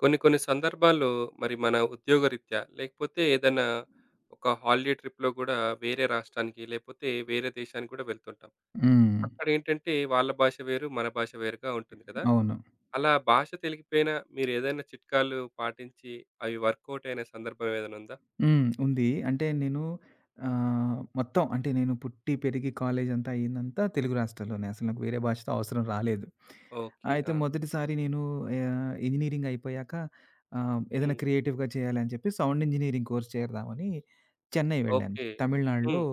కొన్ని కొన్ని సందర్భాల్లో మరి మన ఉద్యోగరీత్యా లేకపోతే ఏదైనా ఒక హాలిడే ట్రిప్‌లో గూడా వేరే రాష్ట్రానికి లేపోతే వేరే దేశానికి గూడా వెళ్తుంటాం. హ్మ్. అక్కడేంటంటే వాళ్ళ భాష వేరు, మన భాష వేరుగా ఉంటుంది కదా! అవును. అలా భాష తెలియకపోయినా మీరేదైనా చిట్కాలు పాటించి అవి వర్కౌట్ అయిన సందర్భం ఏదైనా ఉందా? హ్మ్. ఉంది. అంటే నేను మొత్తం అంటే నేను పుట్టి, పెరిగి కాలేజంతా అయిందంతా తెలుగు రాష్ట్రాల్లోనే. అసలు నాకు వేరే భాషతో అవసరం రాలేదు. ఓకే. అయితే ఆ! మొదటిసారి నేను ఇంజినీరింగ్ అయిపోయాక ఏదైనా హ్మ్. క్రియేటివ్‌గా చేయాలి అని చెప్పి సౌండ్ ఇంజినీరింగ్ కోర్స్ చేరదామని చెన్నై వెళ్ళాను. ఓకే. తమిళనాడులో హ్మ్.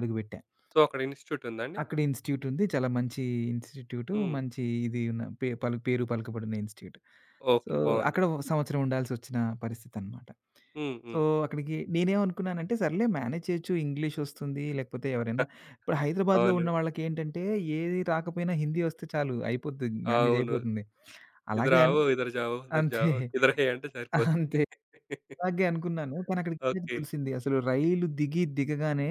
అడుగుపెట్టా. సో, అక్కడ ఇన్‌స్టిట్యూట్ ఉందా అండి? అక్కడ ఇన్‌స్టిట్యూట్ ఉంది. చాలా మంచి ఇన్‌స్టిట్యూట్. హ్మ్. మంచి ఇది ఉన్న పే పలు పేరు పలుకబడిన ఇన్‌స్టిట్యూట్. So, okay. బావుంది. అక్కడ ఓ సంవత్సరం ఉండాల్సొచ్చిన పరిస్థితనమాట. హ్మ్. సో, హ్మ్. అక్కడికి నేనేమనుకున్నానంటే సర్లే మేనేజ్ చేయొచ్చు. ఇంగ్లీష్ వస్తుంది. లేకపోతే ఎవరైనా ఇప్పుడు హైదరాబాద్‌లో అవును. ఉన్న వాళ్ళకేంటంటే ఏది రాకపోయినా హిందీ వస్తే చాలు అయిపోద్ది. మేనేజ్ అవును. అయిపోతుంది. "ఇధర్ అలాగే అన్ आओ, ఇధర్ जाओ, ఉధర్ అంతే. जाओ, కిధర్ है" అంటే సరిపోద్ది. అంతే. అలాగే అనుకున్నాను. కానీ అక్కడికెళ్ళాక ఓకే. తెలిసింది అసలు రైలు దిగగానే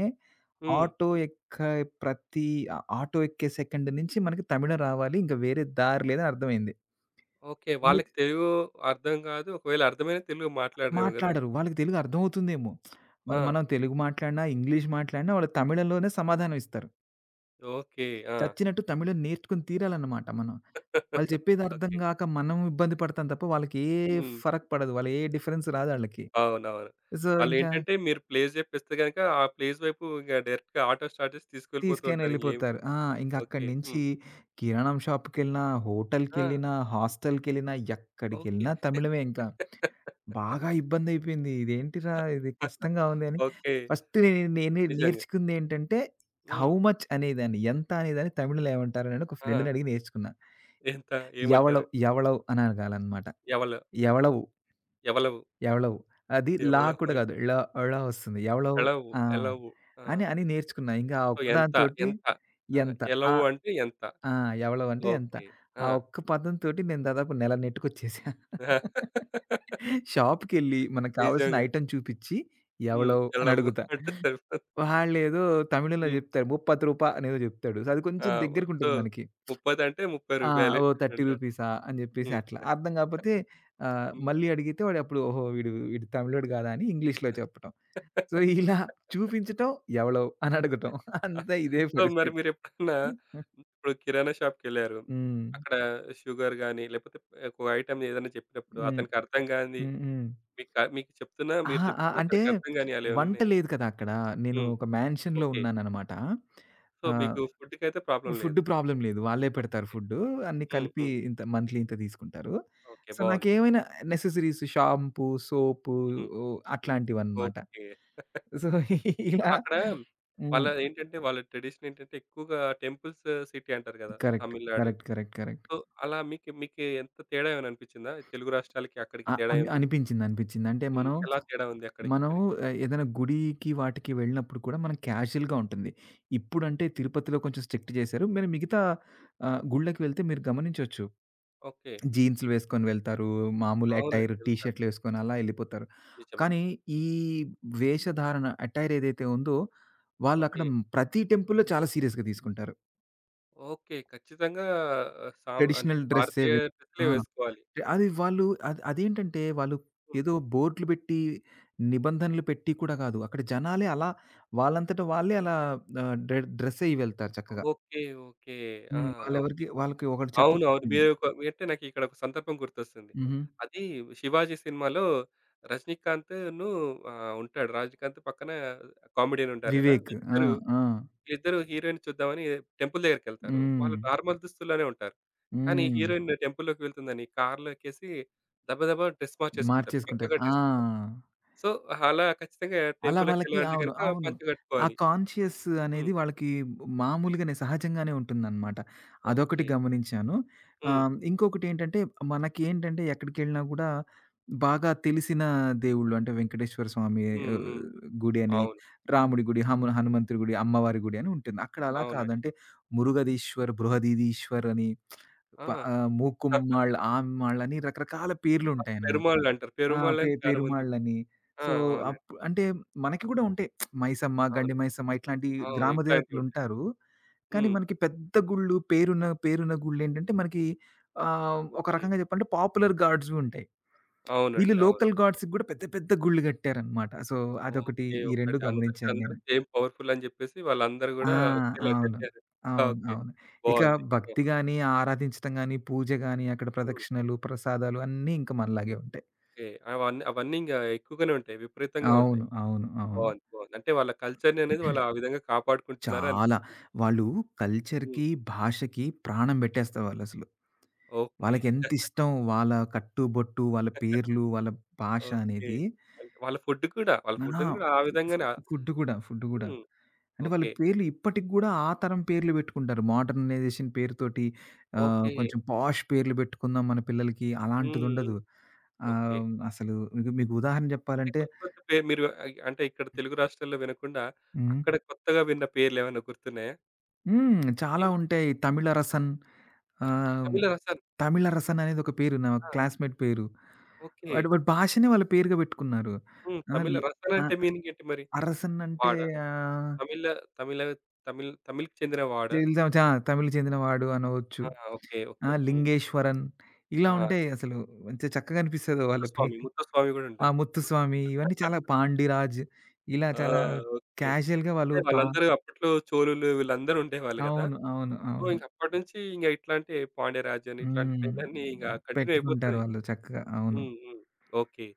హ్మ్. ఆటో ఎక్కే ప్రతి ఆటో ఎక్కే సెకండ్ నుంచి మనకి తమిళం రావాలి. ఇంక వేరే దారి లేదని అర్థమైంది. ఓకే. వాళ్ళకి ఇది తెలుగు అర్థం కాదు. ఒకవేళ అర్థమైనా తెలుగు మాట్లాడరేమో గదా! మాట్లాడరు. వాళ్ళకి తెలుగు అర్థమవుతుందేమో! మరి ఆ! మనం తెలుగు మాట్లాడినా, ఇంగ్లీష్ మాట్లాడినా వాళ్ళు తమిళంలోనే సమాధానం ఇస్తారు. ఓకే. ఆ! చచ్చినట్టు తమిళం నేర్చుకొని తీరాలన్నమాట మనం. వాళ్ళు చెప్పేది అర్థం ఓకే. గాక మనం ఇబ్బంది పడతాం తప్ప వాళ్ళకి ఏ హ్మ్. ఫరక్ పడదు. వాళ్ళ ఏ డిఫరెన్స్ రాదు ఆళ్ళకి. అవునవును. సో, ఇంకా వాళ్ళేంటంటే మీరు ప్లేస్ జెప్పేస్తే గనక ఆ ప్లేస్ వైపు ఇంక డైరెక్ట్‌గా ఆటో స్టార్ట్ చేసి తీసుకెళ్ళిపోతూ తీసుకొని ఉంటారు. ఇంగేం ఎళ్ళిపోతారు. ఆ! ఇంక అక్కడి ఓకే. నుంచి హ్మ్. కిరాణం షాప్‌కెళ్ళినా, ఆ! హోటల్‌కెళ్ళినా, హాస్టల్‌కెళ్ళినా ఓకే. ఎక్కడికెళ్ళినా తమిళమే ఇంకా. బాగా ఇబ్బందయిపోయింది. ఇదేంటిరా! ఇది కష్టంగా ఉంది అని ఓకే. ఫస్ట్ నేను నేను నిజంగా. నేర్చుకుందేంటంటే, హౌ హ్మ్. మచ్ అనేదాన్ని, ఎంత అనేదాన్ని తమిళ్‌లో ఏమంటారని ఒక ఫ్రెండ్‌ని ఆ! అడిగి నేర్చుకున్నా. ఎంత ఏమంటారు? ఎవళవ్ అని అనాలనమాట. ఎవల, ఎవళవు, ఎవలవు, ఎవళవు అది లా ఎవలవు కూడా అంటే కాదు. ళ, ళ వస్తుంది. ఎవళవు ఎలవు, ఆ! ఎలవు. ఆ! అని అని నేర్చుకున్నా. ఇంకా ఆ సో, ఎంత? ఒక్కదానితోటి ఎంత? ఆహా! ఎంత ఆ! ఎలవు అంటే ఎంత? ఆ! ఎవళవంటే ఎంత. ఓకే. ఆ ఆ! ఒక్క పదం తోటి నేను దాదాపు నెల నెట్టుకొచ్చేసా. షాప్‌కెళ్ళి మనకు కావాల్సిన నిజంగా. ఐటెమ్ చూపిచ్చి, హ్మ్. "ఎవలో" అని ఎలవు అడుగుతా. అంటే సరిపోదు. వాాళ్ళేదో తమిళంలో హ్మ్. జెప్తారు. "30 రூபா" అనేదో జెప్తాడు. సో, అది ఆ! కొంచెం వ సో, దగ్గరకుంటది మనకి. ముప్పదంటే రూ. 30 ఆ! ఓహ్! 30 అంటాడు. రూపీసా అని జెప్పేసి హ్మ్. అట్లా. అర్థం గాపోతే హ్మ్. మళ్ళీ అడిగితే వాడప్పుడు ఓహో! వీడు వీడు తమిళోడు గాదా అని ఇంగ్లీష్‌లో చెప్పటం. సో, ఇలా చూపించటం, "ఎవలో" అని అడగటం. ఆ! అంతా ఇదే సో, మరి పరిస్థితి. మీరెప్పుడన్నా ఇప్పుడు కిరాణా షాప్‌కెళ్లారు. హ్మ్. అక్కడ షుగర్ గాని, లేకపోతే ఒక ఐటెమ్ ఏదైనా చెప్పినప్పుడు హ్మ్. అతనికి అర్థం కానిది హ్మ్. హ్మ్. మీకు చెప్తున్నా మీరు అహా! ఆ! చెప్తున్నా అంటే తనకి అర్థం కాని అలా ఏమైనా వంట ఉన్నాయా? లేదు కదా అక్కడ. నేను హ్మ్. ఒక మ్యాన్షన్‌లో ఓకే. ఉన్నాననమాట. సో, ఆహ్ మీకు ఫుడ్‌కైతే ప్రాబ్లమ్ ఫుడ్ లేదు. అయితే. ప్రాబ్లమ్ లేదు. వాళ్ళే పెడతారు ఓకే. ఫుడ్డు. అన్నీ హ్మ్. కలిపి హ్మ్. ఇంత మంత్లీ ఇంత తీసుకుంటారు. ఓకే. సో, బావుంది. నాకేమైనా నెసెసరీస్ షాంపూ, సోపు హ్మ్. అట్లాంటివన్నమాట. ఓకే. సో, సో, ఇలా అక్కడ వాళ్ళ హ్మ్. ఏంటంటే, వాళ్ళ ట్రెడిషన్ ఏంటంటే, ఎక్కువగా టెంపుల్స్ సిటీ అంటారు కదా! Correct. Tamil Nadu. Correct. Correct. Correct. So, అలా మీకు మీకు ఎంత తేడా ఏమైనా అనిపిచ్చిందా? తెలుగు రాష్ట్రాలకి అ అక్కడికి తేడా అని ఏమి అనిపించింది. అనిపించింది. అంటే హ్మ్. మనం, ఎలా తేడా ఉంది అక్కడికి, మనం ఇక్కడికి? ఏదైనా గుడికి వాటికి వెళ్ళినప్పుడు కూడా మనం క్యాజుయల్‌గా ఉంటుంది. ఇప్పుడంటే తిరుపతిలో కొంచెం స్ట్రిక్ట్ చేశారు. మీరు మిగతా గుళ్ళకి వెళ్తే మీరు గమనించొచ్చు. ఓకే. జీన్స్‌లు వేసుకొని వెళ్తారు. మామూలు అటైర్ అవునండి. టీ వెళ్తారు. షర్ట్‌లు వేసుకొని అలా ఎళ్ళిపోతారు. నిజమే. కానీ ఈ వేషధారణ అటైర్ ఏదైతే ఉందో వాళ్ళక్కడ ఓకే. ప్రతి టెంపుల్‌లో చాలా సీరియస్‌గా తీసుకుంటారు. ఓకే. ఖచ్చితంగా ఆహ్, సాం అంటే ట్రెడిషనల్ డ్రెస్సే భారతీయ వే ఆ! డ్రెస్సులే వేసుకోవాలి. అది వాళ్ళు అది అదేంటంటే వాళ్ళు హ్మ్. ఏదో బోర్డ్‌లు పెట్టి, నిబంధనలు పెట్టి కూడా కాదు. అక్కడ జనాలే అలా వాళ్ళంతట వాళ్ళే అలా డ్రెస్ అయ్యి వెళ్తారు చక్కగా. ఓకే. ఓకే. ఆ! హ్మ్. ఓకే. వాళ్ళెవరికి వాళ్ళకి ఒకటి అవునవును. చెప్పక్కర్లేదు. మీరొక అంటే నాకిక్కడ ఒక సందర్భం గుర్తొస్తుంది. హుహు. అది 'శివాజీ' సినిమాలో రజినీకాంత్‌ను ఉంటాడు. రజినీకాంత్ పక్కన కామెడియన్ ఉంటారు గదా! వివేక్. ఆ! వీళ్ళిద్దరు ఆ! వీళ్ళిద్దరు హీరోయిన్‌ని చూద్దామని టెంపుల్ దగ్గరికెళ్తారు. హ్మ్. వాళ్ళు నార్మల్ దుస్తుల్లోనే ఉంటారు. కానీ హ్మ్. హీరోయిన్ టెంపుల్‌లోకి వెళ్తుందని కార్‌లో ఎక్కేసి దబ దబ డ్రెస్ మార్చేసుకుంటారు. పంచ మార్చేసుకుంటారు. ఆ! కట్టేసుకుంటారు. సో, అలా ఖచ్చితంగా అలా వాళ్ళకి టెంపుల్‌లోకెళ్ళాలంటే అవును. గనుక అవును. పంచ ఆ కట్టుకోవాలి. కాన్షియస్ అనేది హ్మ్. వాళ్ళకి మామూలుగానే సహజంగానే ఉంటుందనమాట. అదొకటి ఓకే. గమనించాను. హ్మ్. ఇంకొకటేంటంటే మనకేంటంటే ఎక్కడికెళ్ళినా గూడా బాగా తెలిసిన దేవుళ్ళు అంటే వెంకటేశ్వర స్వామి హ్మ్. ఆహ్, హ్మ్. గుడి అని, అవును. రాముడి గుడి, హనుమంతుడి గుడి, అమ్మవారి గుడి అని ఉంటుంది. అక్కడ అలా అవునండి. కాదంటే మురుగదీశ్వర్, బృహదీదీశ్వర్ అని ఆ! మూకుమ్మాళ్, ఆమాళ్ళని రకరకాల పేర్లుంటాయన్నమాట. పెరుమాళ్ళంటారు. ఆ! పె పెరుమాళ్ళని చాలా మంది పెరుమాళ్ళని. ఆ! సో, అవునండి. అంటే మనకి కూడా ఉంటాయి. మైసమ్మ, గండి అవును. మైసమ్మ ఇట్లాంటి అవును. గ్రామ ఇట్లాంటివుంటాయి. దేవతలుంటారు. కానీ హ్మ్. మనకి పెద్ద గుళ్ళు పేరున్న పేరున్న గుళ్ళేంటంటే మనకి ఒక ఓకే. రకంగా చెప్పాలంటే పాపులర్ గాడ్స్‌వి ఉంటాయి. వీళ్ళు అవునండి. అవును. లోకల్ గాడ్స్‌కి కూడా పెద్ద పెద్ద గుళ్ళు కట్టారనమాట. సో, అదొకటి ఓకే. ఈ 2 ఒకటి అందరికి గమనించాను అందరూ నేను. సేమ్ పవర్‌ఫుల్ అని జెప్పేసి వాళ్ళందరూ ఆ! గూడా ఒకేలా అవును. కట్టారు. అవును. ఓకే. అవును. ఇక బావుంది. ఓకే. భక్తి గాని, ఆరాధించటం గాని, పూజ గాని, అక్కడ హ్మ్. ప్రదక్షిణలు, ప్రసాదాలు అన్నీ ఇంక మనలాగే ఉంటాయి. ఓకే. అవన్నీ అవన్నీ ఇంగ ఎక్కువగానే ఉంటాయి. విపరీతంగా ఉంటాయి. అవును. అవును. అవును. బావుంది. బావుంది. అంటే వాళ్ళ కల్చర్‌ని అనేది వాళ్ళు ఆ విధంగా కాపాడుకుంటున్నారు చాలా. అనిపిస్తుంది. వాళ్ళు హ్మ్. కల్చర్‌కి, భాషకి ప్రాణం పెట్టేస్తారు వాళ్ళసలు. ఓకే. వాళ్ళకెంత ఇష్టం వాళ్ళ కట్టుబొట్టు, వాళ్ళ పేర్లు, వాళ్ళ భాష ఓకే. అనేది. అంటే వాళ్ళ ఫుడ్ కూడా. వాళ్ళ ఆ! ఫుడ్‌ని గూడా ఆ ఫు ఫు విధంగానే ఫుడ్ కూడా, ఫుడ్ కూడా. హ్మ్. అంటే వాళ్ళ ఓకే. పేర్లు ఇప్పటికి గూడా ఆ తరం పేర్లు పెట్టుకుంటారు. మోడర్నైజేషన్ పేరుతోటి ఓకే. కొంచెం పాష్ పేర్లు పెట్టుకుందాం మన పిల్లలకి హ్మ్. అలాంటిదుండదు. హ్మ్. ఓకే. అసలు మీకు మీకు ఉదాహరణ అంటే చెప్పాలంటే కొత్త కొత్త పేరు మీరు అంటే ఇక్కడ తెలుగు రాష్ట్రాల్లో వినకుండా, హ్మ్. అక్కడ కొత్తగా విన్న పేర్లేమన్నా గుర్తున్నాయా? హ్మ్. చాలా ఏం ఉంటాయి. 'తమిళ రసన్' ఆహ్, తమిళ రసన్. 'తమిళ రసన్' అనేది ఒక పేరు నా ఆ! క్లాస్‌మేట్ పేరు. ఓకే. వాడి భాషనే వాళ్ళ పేరుగా పెట్టుకున్నారు. హ్మ్. ఆ! తమిళ లే రసన్ ఆ! అంటే మీనింగ్ ఏంటి మరి? అరసన్ అంటే వాడా? ఆహ్, తమిళ తమిళ తమిళ్ తమిళ్‌కి చెందిన వాడా? తెలుజా చా తమిళ్ చెందినవాడు అనవచ్చు. ఆ! ఓకే. ఆ! ఓకే. హ్మ్. లింగేశ్వరన్ ఆ! ఇలా ఉంటాయి అదే. అసలు. మంచి చక్కగా అనిపిస్తది వాళ్ళ ముత్తుస్వామి, పేరు. ముత్తుస్వామి గూడా ఆ! ఉంటారు. ముత్తుస్వామి ఇవన్నీ చాలా పాండిరాజ్ ఇలా ఆ! చాలా ఓకే. క్యాజుయల్‌గా వాళ్ళు అంటే పా వాళ్ళందరూ అప్పట్లో చోళులు వీళ్ళందరూ ఉండేవాళ్ళు గదా! అవును. అవును. సో, అవును. ఇంక అప్పటి నుంచి ఇంగ ఇట్లాంటి పాండ్యరాజన్ ఇట్లాంటి హ్మ్. పేర్లన్నీ ఇంగ కంటిన్యూ పెట్టుకుంటారు అయిపోతున్నాయి. వాళ్ళు చక్కగా. అవును. హ్మ్. హ్మ్. ఓకే.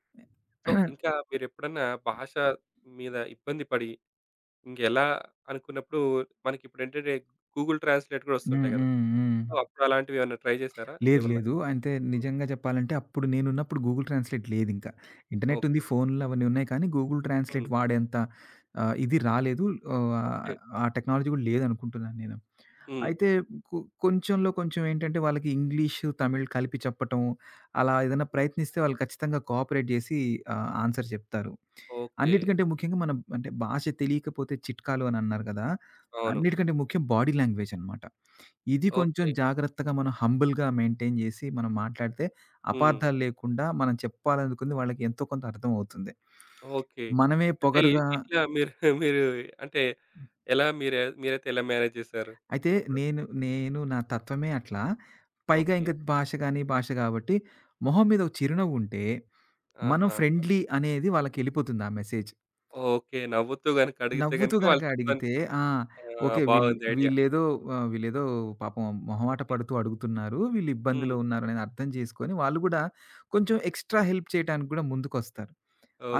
సో, హ్మ్. ఇంకా మీరెప్పుడన్నా భాష మీద ఇబ్బంది పడి, ఇంకెలా అనుకున్నప్పుడు మనకిప్పుడేంటంటే గూగుల్ ట్రాన్స్‌లేట్ గూడా హ్మ్. ఒస్తుంటాయి గదా! హ్మ్. సో, అప్పుడలాంటివేమన్నా ట్రై జేశారా? లేదు. ఏమన్నా? లేదు. అంటే హ్మ్. నిజంగా చెప్పాలంటే అప్పుడు నేనున్నప్పుడు గూగుల్ ట్రాన్స్‌లేట్ లేదింకా. ఇంటర్నెట్ ఉంది. ఓకే. ఫోన్‌లు అవన్నీ ఉన్నాయి కానీ గూగుల్ ట్రాన్స్‌లేట్ హ్మ్. వాడేంత ఇది రాలేదు. ఆహ్, ఓకే. ఆ టెక్నాలజీ గూడా లేదనుకుంటున్నాను నేను. హ్మ్. అయితే కొ కొంచెంలో కొంచెం ఏంటంటే వాళ్ళకి ఇంగ్లీషు, తమిళ్ కలిపి చెప్పటం అలా ఏదైనా హ్మ్. ప్రయత్నిస్తే వాళ్ళు ఖచ్చితంగా కోఆపరేట్ జేసి ఆన్సర్ చెప్తారు. ఓకే. అన్నిటికంటే ముఖ్యంగా మనం అంటే భాష తెలియకపోతే చిట్కాలు అని అన్నారు గదా! అవును. అన్నిటికంటే ముఖ్యం బాడీ లాంగ్వేజ్ అనమాట. ఇది కొంచెం ఓకే. జాగ్రత్తగా మనం హంబుల్‌గా మెయింటైన్ జేసి, మనం మాట్లాడితే హ్మ్. అపార్థాలు లేకుండా మనం చెప్పాలనుకుంది వాళ్ళకి ఎంతో కొంత అర్థమవుతుంది. ఓకే. మనమే అంటే ఇ పొగరుగా ఇట్లా మీరు మీరు అంటే ఎలా మీరైతే ఎలా మేనేజ్ జేశారు అయితే అప్పుడు? నేను నా తత్వమే అట్లా. పైగా ఓకే. ఇంక భాష గాబట్టి మొహం మీద ఒక చిరునవ్వుంటే, మనం ఆహా! ఫ్రెండ్లీ అనేది వాళ్ళకెళ్ళిపోతుంది ఆ మెసేజ్. ఓకే. నవ్వుతూ గనుక అడిగితే నవ్వుతూ గనుక గనక వాళ్ళు అడిగితే చెప్పడానికి ఆ! ఆ! ఓకే. వీళ్ బాగుంది ఐడియా. వీళ్ళేదో వీళ్ళేదో పాపం మొహమాట ఓకే. పడుతూ అడుగుతున్నారు. వీళ్ళు ఇబ్బందిలో హ్మ్. ఉన్నారని అర్థం చేసుకొని వాళ్ళు గూడా కొంచెం ఎక్స్‌ట్రా హెల్ప్ చేయటానికి గూడా ముందుకొస్తారు.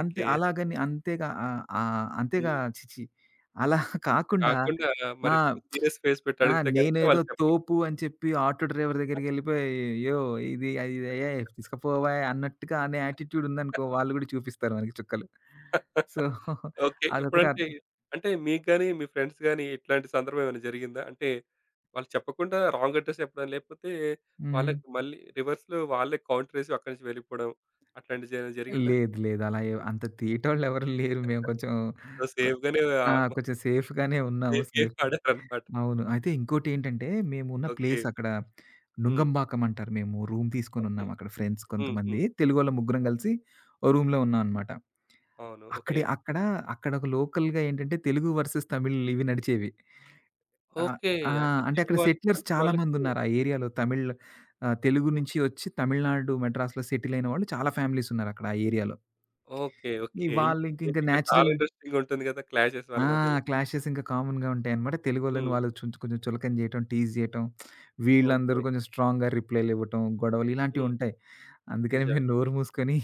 అంతే అలాగని అంతేగా ఆహ్, ఆహ్, అంతేగా హ్మ్. ఛీఛీ! అలా ఇంత కాకుండా కాకుండా ఆ! మరి సీరియస్ ఫేస్ పెట్టి ఆ! అడిగితే గనుక నేనేదో వాళ్ళు చెప్పరు. తోపు అని చెప్పి ఆటో డ్రైవర్ దగ్గరికెళ్ళిపోయి "ఏయ్! ఇది అది ఏయ్! తీసుకపోవే" అన్నట్టుగా అనే యాటిట్యూడ్ ఉందనుకో వాళ్ళు గూడా చూపిస్తారు మనకి చుక్కలు. So okay. అదొకటి అద్ ఇప్పుడంటే అంటే మీకు గాని, మీ ఫ్రెండ్స్ గాని ఇట్లాంటి సందర్భం ఏమైనా జరిగిందా? అంటే వాళ్ళు చెప్పకుండా రాంగ్ అడ్రెస్ చెప్పడం, లేకపోతే హ్మ్. వాళ్ళకి మళ్ళీ రివర్స్‌లో వాళ్ళే కౌంటరేసి అక్కడి నుంచి వెళ్ళిపోవడం అట్లాంటిది ఏమైనా జరిగిందా? లేదు. లేదు. అలా అంత తీటోళ్ళెవరు లేరు. మేము కొంచెం సో, కొ సేఫ్ గానే ఆ! కొంచెం సేఫ్‌గానే ఉన్నాము. సేఫ్ గేమ్ సేఫ్ ఆడారన్నమాట. అవును. అయితే ఇంకోటేంటంటే, మేమున్న ఓకే. ప్లేస్ అక్కడ హ్మ్. నుంగంబాకం అంటారు. మేము రూమ్ ఓకే. తీసుకొనున్నాం అక్కడ ఫ్రెండ్స్ హ్మ్. కొంతమంది. హ్మ్. తెలుగోళ్ళం ముగ్గురం అవును. కలిసి ఓ రూమ్‌లో ఉన్నామనమాట. అవును. ఓకే. అక్కడే అక్కడ అక్కడొక లోకల్‌గా ఏంటంటే, తెలుగు వర్సెస్ తమిళ్ ఇవి నడిచేవి. ఆహ్, ఓకే. ఆ! అంటే అంటే తెలుగు అక్కడ వాళ్ళకి, సెటిలర్స్ తమిళ్ చాలా వాళ్ళకి మందున్నారు ఆ ఏరియాలో. తెలుగు హ్మ్. నుంచి వచ్చి తమిళనాడు, మద్రాసులో సెటిల్ అయిన వాళ్ళు చాలా ఫ్యామిలీస్ ఉన్నారక్కడ ఆ ఏరియాలో. ఓకే. ఈ ఓకే. వాళ్ళకింక మీకిక్కడ చాలా నేచురల్ ఇంట్రెస్టింగ్‌గుంటుంది గదా! క్లాషెస్ ఆ! వాళ్ళ మధ్యలో. క్లాషెస్ ఇంకా కామన్‌గా ఉంటాయన్నమాట. తెలుగోళ్ళని హ్మ్. వాళ్ళు కొంచెం చులకన చేయటం, టీజ్ చేయటం, వీళ్ళందరూ ఓకే. కొంచెం స్ట్రాంగ్‌గా రిప్లైలివ్వటం, గొడవలు హ్మ్. ఇలాంటివుంటాయి. అందుకని నిజమే. మేము నోరు మూసుకొని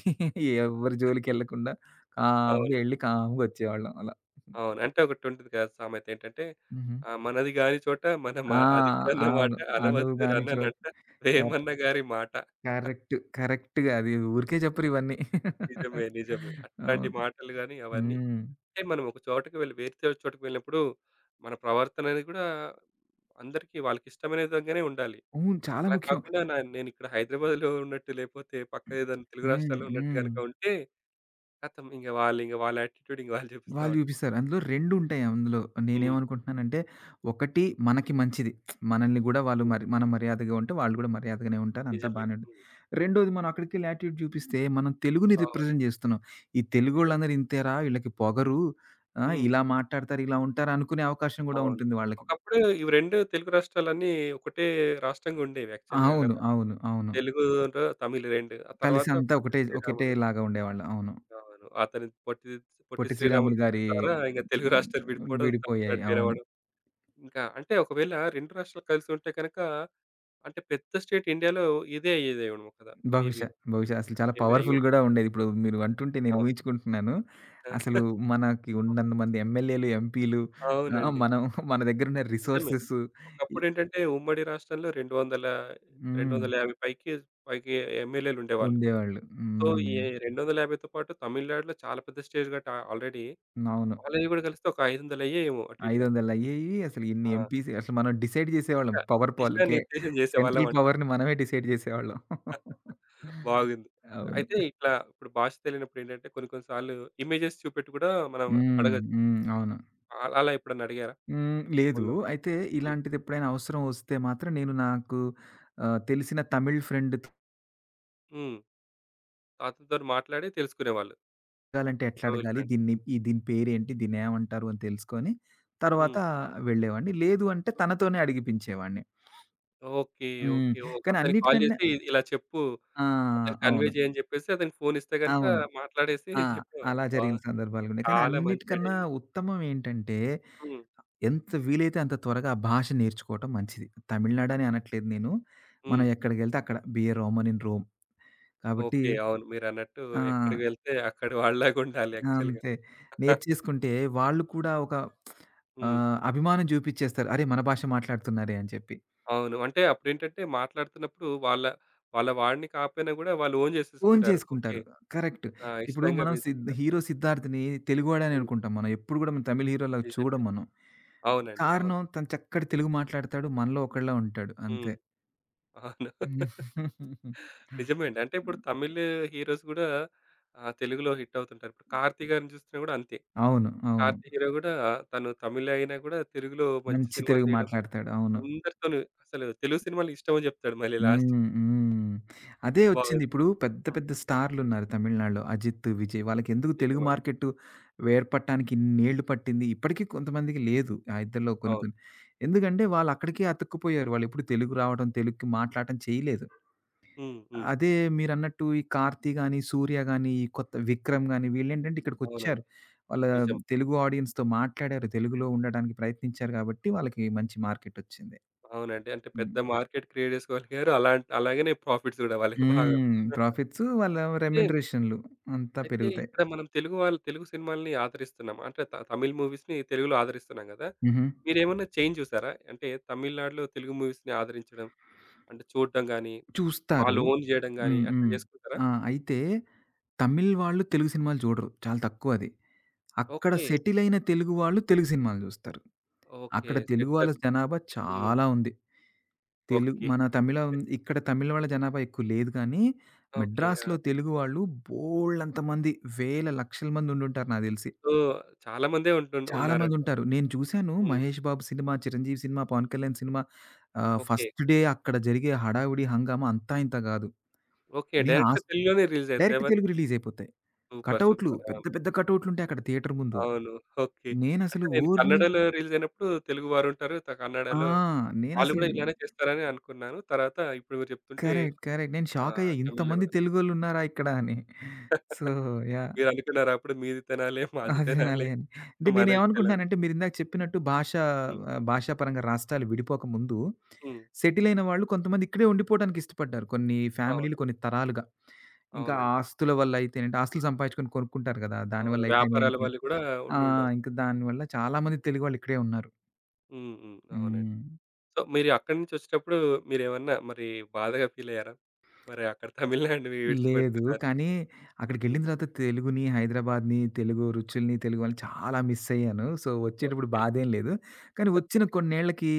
ఎవ్వరి జోలికెళ్ళకుండా కామ్‌గా అవును. ఎళ్లి కామ్‌గా వచ్చేవాళ్ళం అలా. అవును. అంటే ఒకటుంటది కదా సామెత ఏంటంటే, హుహు. మనది గాని చోట మన ఆ! మ అదిటన్న అవును. మాట అను అనవద్దు గాని చో రన్ననంట క వేమన్న గారి మాట. కరెక్ట్. కరెక్ట్‌గా అది ఊరికే చెప్పరు ఇవన్నీ. నిజమే. నిజమే. అట్లాంటి అవును. మాటలు గాని అవన్నీ. హ్మ్. అంటే మనం ఒక చోటకి వెళ్ళి వేరే చో చోటకి వెళ్ళినప్పుడు మన ప్రవర్తన అనేది గూడా అందరికి వాళ్ళకిష్టమైన విధంగానే ఉండాలి. అవును. చాలా అలా ముఖ్యం. కాకుండా నేనిక్కడ హైదరాబాద్‌లో ఉన్నట్టు లేపోతే పక్క ఏదైనా తెలుగు హ్మ్. రాష్ట్రాల్లో ఉన్నట్టు హ్మ్. గనుక ఉంటే ఖతం. ఇంక వాళ్ళ యాటిట్యూడ్ ఇంక వాళ్ళు చూపిస్తా వాళ్ళు ఉంటారు. చూపిస్తారు. అందులో 2 ఉంటాయి అందులో. హ్మ్. నేనేమనుకుంటున్నానంటే, ఒకటి మనకి మంచిది. మనల్ని గూడా వాళ్ళు హ్మ్. మరి మనం మర్యాదగా ఉంటే, వాళ్ళు గూడా మర్యాదగానే ఉంటారు. అంతా నిజమే. బానే ఉంటుంది. హ్మ్. రెండోది మనం అక్కడికెళ్ళి యాటిట్యూడ్ చూపిస్తే, మనం తెలుగుని అవును. రిప్రజెంట్ జేస్తున్నాం. ఈ నిజమే. తెలుగోళ్ళందరూ ఇంతేరా! ఈళ్ళకి పొగరు. ఆ! హ్మ్. ఇలా మాట్లాడతారు, ఇలా ఉంటారు అనుకునే అవకాశం గూడా అవును. ఉంటుంది వాళ్ళకి. ఒకప్పుడు ఇవి 2 తెలుగు రాష్ట్రాలన్నీ ఒకటే రాష్ట్రంగా ఉండేవి యాక్చువల్‌గా అవును. గదా! అవును. అవును. తెలుగులో తమిళ్ 2. ఆ కలిసి తర్వాత అంతా పొట్టి ఒకటే శ్రీరాములు ఒకటేలాగా ఉండేవాళ్ళు. అవును. అవును. అతని పొట్టి పొట్టి పొట్టి శ్రీరాములు శ్రీరాములు దిగిన గారి ద్వారా ఇంక తెలుగు రాష్ట్రాలు విడిపోవడం, విడిపోయాయి. తమిళనాడు అవును. వేరవ్వడం. ఇంకా అంటే ఒకవేళ 2 రాష్ట్రాలు కలిసి ఉంటే గనక అంటే పెద్ద స్టేట్ ఇండియాలో ఇదే అయ్యేదేమో కదా! మేబీ. బహుశా. బహుశా. అసలు చాలా మేబీ పవర్‌ఫుల్ అయ్యుండొచ్చు. గూడా ఉండేది. ఇప్పుడు మీరు అంటుంటే నేను అవును. ఊహించుకుంటున్నాను. అసలు మనకి ఉన్నంత మంది ఎమ్మెల్యేలు, ఎంపీలు ఆహ్, అవునండి. మనం మన దగ్గరున్న నిజమే. రిసోర్సెస్ ఇ ఒకప్పుడేంటంటే ఉమ్మడి రాష్ట్రంలో 200 హ్మ్. 250 పైకి పైకి ఎమ్మెల్యేలుండేవాళ్ళు. ఉండేవాళ్ళు. సో, ఈ హ్మ్. 250తో పాటు తమిళనాడులో చాలా పెద్ద స్టేజ్ గట్టా ఆల్రెడీ. అవును. వాళ్ళవి గూడా కలిస్తే ఒక 500 అయ్యాయేమో అటు ఇటుగా. 500 అయ్యేయి. అసలు ఇన్ని ఆ! ఎంపీస్ అసలు మనం డిసైడ్ జేసేవాళ్ళం. ఇంకా పవర్ దిశా పాలకే నిర్దేశం సెంట్రల్ చేసేవాళ్ళమంటారు. పవర్‌ని మనమే డిసైడ్ జేసేవాళ్ళం. బాగుంది. అవును. అయితే ఇట్లా ఇప్పుడు భాష తెలియనప్పుడు ఏంటంటే కొన్ని కొన్ని సార్లు ఇమేజెస్ చూపెట్టి కూడా మనం హ్మ్. అడగొచ్చు. హ్మ్. అవును. అలా అలా ఎప్పుడన్నా అడిగారా హ్మ్. లేదు. ఫోన్‌లో? అయితే హ్మ్. ఇలాంటిదెప్పుడైనా అవసరం వస్తే మాత్రం నాకు తెలిసిన తమిళ్ ఫ్రెండ్‌తో హ్మ్. తాతతోని మాట్లాడి తెలుసుకునేవాళ్ళు అడగాలంటే ఎట్లా తమిళ్ అడగాలి? ఫ్రెండ్స్. దీన్ని ఈ దీని పేరేంటి? దీన్నేమంటారు? అని తెలుసుకొని తర్వాత హ్మ్. వెళ్ళేవాడిని. లేదు అంటే తనతోనే అడిగిపించేవాడిని. ఓకే. హ్మ్. ఓకే. ఓహ్! కానీ అతనికి కాల్ అన్నిటికన్నా చేసి ఇలా చెప్పు, ఆ! అతనికి కన్వే అవును. చేయని చెప్పేసి అతనికి ఫోన్ ఇస్తే గనుక అవును. మాట్లాడేసి ఆ! చెప్పేవారు. అలా బా జరిగిన సందర్భాలు గూడా. కానీ చాలా మంచి ఐడియా అన్నిటికన్నా ఇది. ఉత్తమం ఏంటంటే హ్మ్. ఎంత వీలైతే అంత త్వరగా ఆ భాష నేర్చుకోవటం మంచిది. తమిళనాడని అనట్లేదు నేను. మనం హ్మ్. ఎక్కడికెళ్తే అక్కడ బియర్ రోమన్ ఇన్ రోమ్. కాబట్టి ఓకే. అవును. మీరన్నట్టు ఆ! ఎక్కడికి వెళ్తే అక్కడి వాళ్ళలాగా ఉండాలి యాక్చువల్‌గా. అంతే. నేర్చేసుకుంటే వాళ్ళు కూడా ఒక హ్మ్. అభిమానం చూపిచ్చేస్తారు. అరే! మన భాష మాట్లాడుతున్నారే అని చెప్పి. అవును. అంటే అప్పుడేంటంటే మాట్లాడుతున్నప్పుడు వాళ్ళ వాళ్ళ వాడిని కాకపోయినా గూడా వాళ్ళు ఓన్ ఓన్ చేసేసుకుంటారు. ఓకే. చేసుకుంటారు. కరెక్ట్. ఆ! ఇప్పుడు ఇష్టంగా మనం పెంచుకుంటారు. 'సిద్ధార్థ్‌ని' తెలుగువాడని హ్మ్. అనుకుంటాం మనం. ఎప్పుడు కూడా మనం తమిళ్ హీరో‌లాగా నిజమే. చూడం మనం. అవునండి. అవును. కారణం తను చక్కటి తెలుగు మాట్లాడతాడు. మనలో ఒకడిలా ఉంటాడు. హ్మ్. అంతే. అవును. నిజమే అండి. అంటే ఇప్పుడు హ్మ్. తమిళ్ హీరోస్ గూడా తెలుగులో హిట్ అవుతుంటారు. ఇప్పుడు 'కార్తీ' గారిని చూస్తున్నా గూడా అంతే. అవును. అవును. 'కార్తీ' హీరో గూడా తను తమిళ్ అయినా గూడా తెలుగులో మంచి మంచి సినిమాలు తెలుగు తీయడం మాట్లాడతాడు. అవును. అందరితోను అసలు తెలుగు సినిమాలు ఇష్టమని జెప్తాడు మళ్ళీ లాస్ట్‌కి. హ్మ్. హ్మ్. అదే బాగుంది. ఒచ్చింది. ఇప్పుడు పెద్ద హ్మ్. పెద్ద స్టార్‌లున్నారు తమిళనాడులో. 'అజిత్', 'విజయ్' వాళ్ళకెందుకు తెలుగు నిజమండి. మార్కెట్టు వేర్పడటానికి ఇన్నేళ్లు పట్టింది. ఇప్పటికీ కొంతమందికి లేదు. ఆ ఇద్దరిలో కొన్ని అవును. కొన్ని. ఎందుకంటే వాళ్ళక్కడికే అతుక్కుపోయారు. వాళ్ళెప్పుడు తెలుగు రావడం, తెలుగుకి మాట్లాడటం చేయలేదు. హ్మ్. హ్మ్. అదే మీరన్నట్టు ఈ 'కార్తీ' గాని, 'సూర్య' గాని, ఈ కొత్త 'విక్రమ్' గాని వీళ్ళేంటంటే ఇక్కడికొచ్చారు. అవునండి. వాళ్ళ నిజం. తెలుగు ఆడియన్స్‌తో మాట్లాడారు. తెలుగులో ఉండడానికి ప్రయత్నించారు గాబట్టి వాళ్ళకి మంచి మార్కెటొచ్చింది. అవునండి. అంటే పెద్ద హ్మ్. మార్కెట్ క్రియేట్ జేసుకోగలిగారు. అలాగనే ప్రాఫిట్స్ గూడా వాళ్ళకి బాగా. హ్మ్. ప్రాఫిట్సు వాళ్ళ అయితే రెమ్యునరేషన్‌లు అంతా అయితే పెరుగుతాయి. ఇక్కడ మనం తెలుగు వాళ్ళు తెలుగు సినిమాల్ని ఆదరిస్తున్నాం. అంటే తమిళ్ మూవీస్‌ని తెలుగులో ఆదరిస్తున్నాం గదా! హుహు. మీరేమన్నా చేంజ్ చూసారా? అంటే తమిళనాడులో తెలుగు మూవీస్‌ని ఆదరించడం, అంటే చూడడం గాని, చూస్తారు. వాళ్ళు ఓన్ జేయడం గాని హ్మ్. అట్లా హ్మ్. జేసుకుంటారా? ఆ! అయితే తమిళ్ వాళ్ళు తెలుగు సినిమాలు చూడరు. చాలా తక్కువది. అక్కడ ఓకే. సెటిల్ అయిన తెలుగు వాళ్ళు తెలుగు సినిమాలు చూస్తారు. ఓకే. అక్కడ తెలుగు వాళ్ళ సెట్లర్స్. జనాభా హ్మ్. చాలా ఉంది. తెలుగు ఓకే. మన తమిళం ఇక్కడ తమిళ్ వాళ్ళ జనాభా ఎక్కువ లేదు కానీ, ఓకే. ఆ! మెడ్రాస్‌లో తెలుగు వాళ్ళు బోలెడంత మంది వేల లక్షల మంది ఉండుంటారు నాకు తెలిసి. సో, చాలా మందే చాలా ఉన్నారంట. మందుంటారు. నేను చూసాను హ్మ్. 'మహేష్ బాబు' సినిమా, 'చిరంజీవి' సినిమా, 'పవన్ కళ్యాణ్' సినిమా ఓకే. ఫస్ట్ డే అక్కడ జరిగే హడావిడి, హంగామా అంతా ఇంత గాదు. ఓకే. నేను డైరెక్ట్ ఆస్ తెలుగులోనే రిలీజ్ అయితాయి డైరెక్ట్ అవన్నీ? తెలుగు రిలీజ్ అయిపోతాయి. సూపర్. కటౌట్లు సూపర్. పెద్ద అవును. పెద్ద కటౌట్లుంటాయి అక్కడ థియేటర్ ముందు. అవును. ఓకే. నేనసలు అంటే నేను ఓర్ని కన్నడలో రిలీజ్ అయినప్పుడు తెలుగు వారుంటారు. ఆ! కన్నడలో వాళ్ళు నేనసలు గూడా ఇలానే చేస్తారని అనుకున్నాను. తర్వాత ఇప్పుడు మీరు చెప్తుంటే కరెక్ట్. కరెక్ట్. నేను షాకయ్యా తమిళ్‌లో ఇంతమంది గూడా. తెలుగోళ్ళున్నారా ఇక్కడ అని. So yeah! మీరనుకున్నారా అప్పుడు మీది తెనాలి, మాది అది తినాలి తెనాలి, అని. అంటే మనది తెనాలి. నేనేమనుకుంటున్నానంటే మీరిందాక చెప్పినట్టు హ్మ్. భాషాపరంగా రాష్ట్రాలు విడిపోక ముందు హ్మ్. సెటిల్ అయిన వాళ్ళు కొంతమంది ఇక్కడే ఉండిపోవడానికి ఇష్టపడ్డారు. కొన్ని ఫ్యామిలీలు అవును. కొన్ని తరాలుగా. ఇంకా అవునండి. ఆస్తుల వల్ల అయితేనేంటి ఆస్తులు సంపాదించుకొని కొనుక్కుంటారు గదా! దానివల్ల అవును. వ్యాపారాల అయితేనేంటి వల్ల గూడా ఆ! ఉండుండొచ్చు. ఇంక దానివల్ల చాలా మంది తెలుగు వాళ్ళు ఇక్కడే ఉన్నారు. హ్మ్. హ్మ్. అవునండి. హ్మ్. సో, మీరు అక్కడి నుంచొచ్చేటప్పుడు మీరేమన్నా మరి బాధగా ఫీలయ్యారా? మరి అక్కడ తమిళనాడుని లేదు. విడిచిపెడుతున్నారు. కానీ హ్మ్. అక్కడికెళ్ళిన తర్వాత తెలుగుని, హైదరాబాద్‌ని, తెలుగు రుచుల్ని, తెలుగు వాళ్ళని చాలా మిస్ అయ్యాను. సో, వచ్చేటప్పుడు ఓకే. బాధేం లేదు. కానీ వచ్చిన కొన్నేళ్ళకి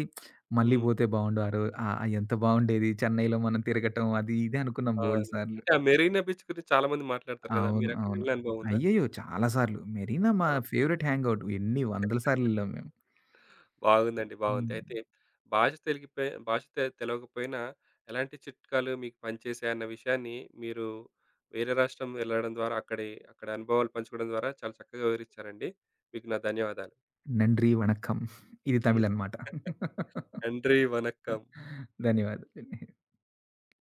మళ్ళీ హ్మ్. పోతే బావుండు. ఎంత బావుండేది చెన్నైలో మనం తిరగటం అది ఇది అనుకున్నాం బోలెడు అవును. సార్లు. అంటే ఆ మెరీనా బీచ్ గురించి చాలా మంది మాట్లాడతారు గదా! అవును. అవును. మీరక్కడికెళ్ళిన అనుభవం ఉందా? అయ్యయ్యో! చాలా సార్లు. మెరీనా మా ఓకే. Favourite hangout. ఎన్ని వందల సార్లు ఎళ్ళాం మేము. బాగుందండి. బాగుంది. హ్మ్. అయితే భాష తెలిగిపోయి భాష తెలవకపోయినా ఎలాంటి చిట్కాలు మీకు పనిచేశాయి అన్న విషయాన్ని మీరు వేరే రాష్ట్రం వెళ్ళడం ద్వారా అక్కడి అక్కడ అనుభవాలు పంచుకోవడం ద్వారా చాలా చక్కగా వివరించారండి. మీకు నా ధన్యవాదాలు. నండ్రి వణక్కం. ఇది తమిళ్ అనమాట. నన్రి వనక్కం. ధన్యవాదాలండి.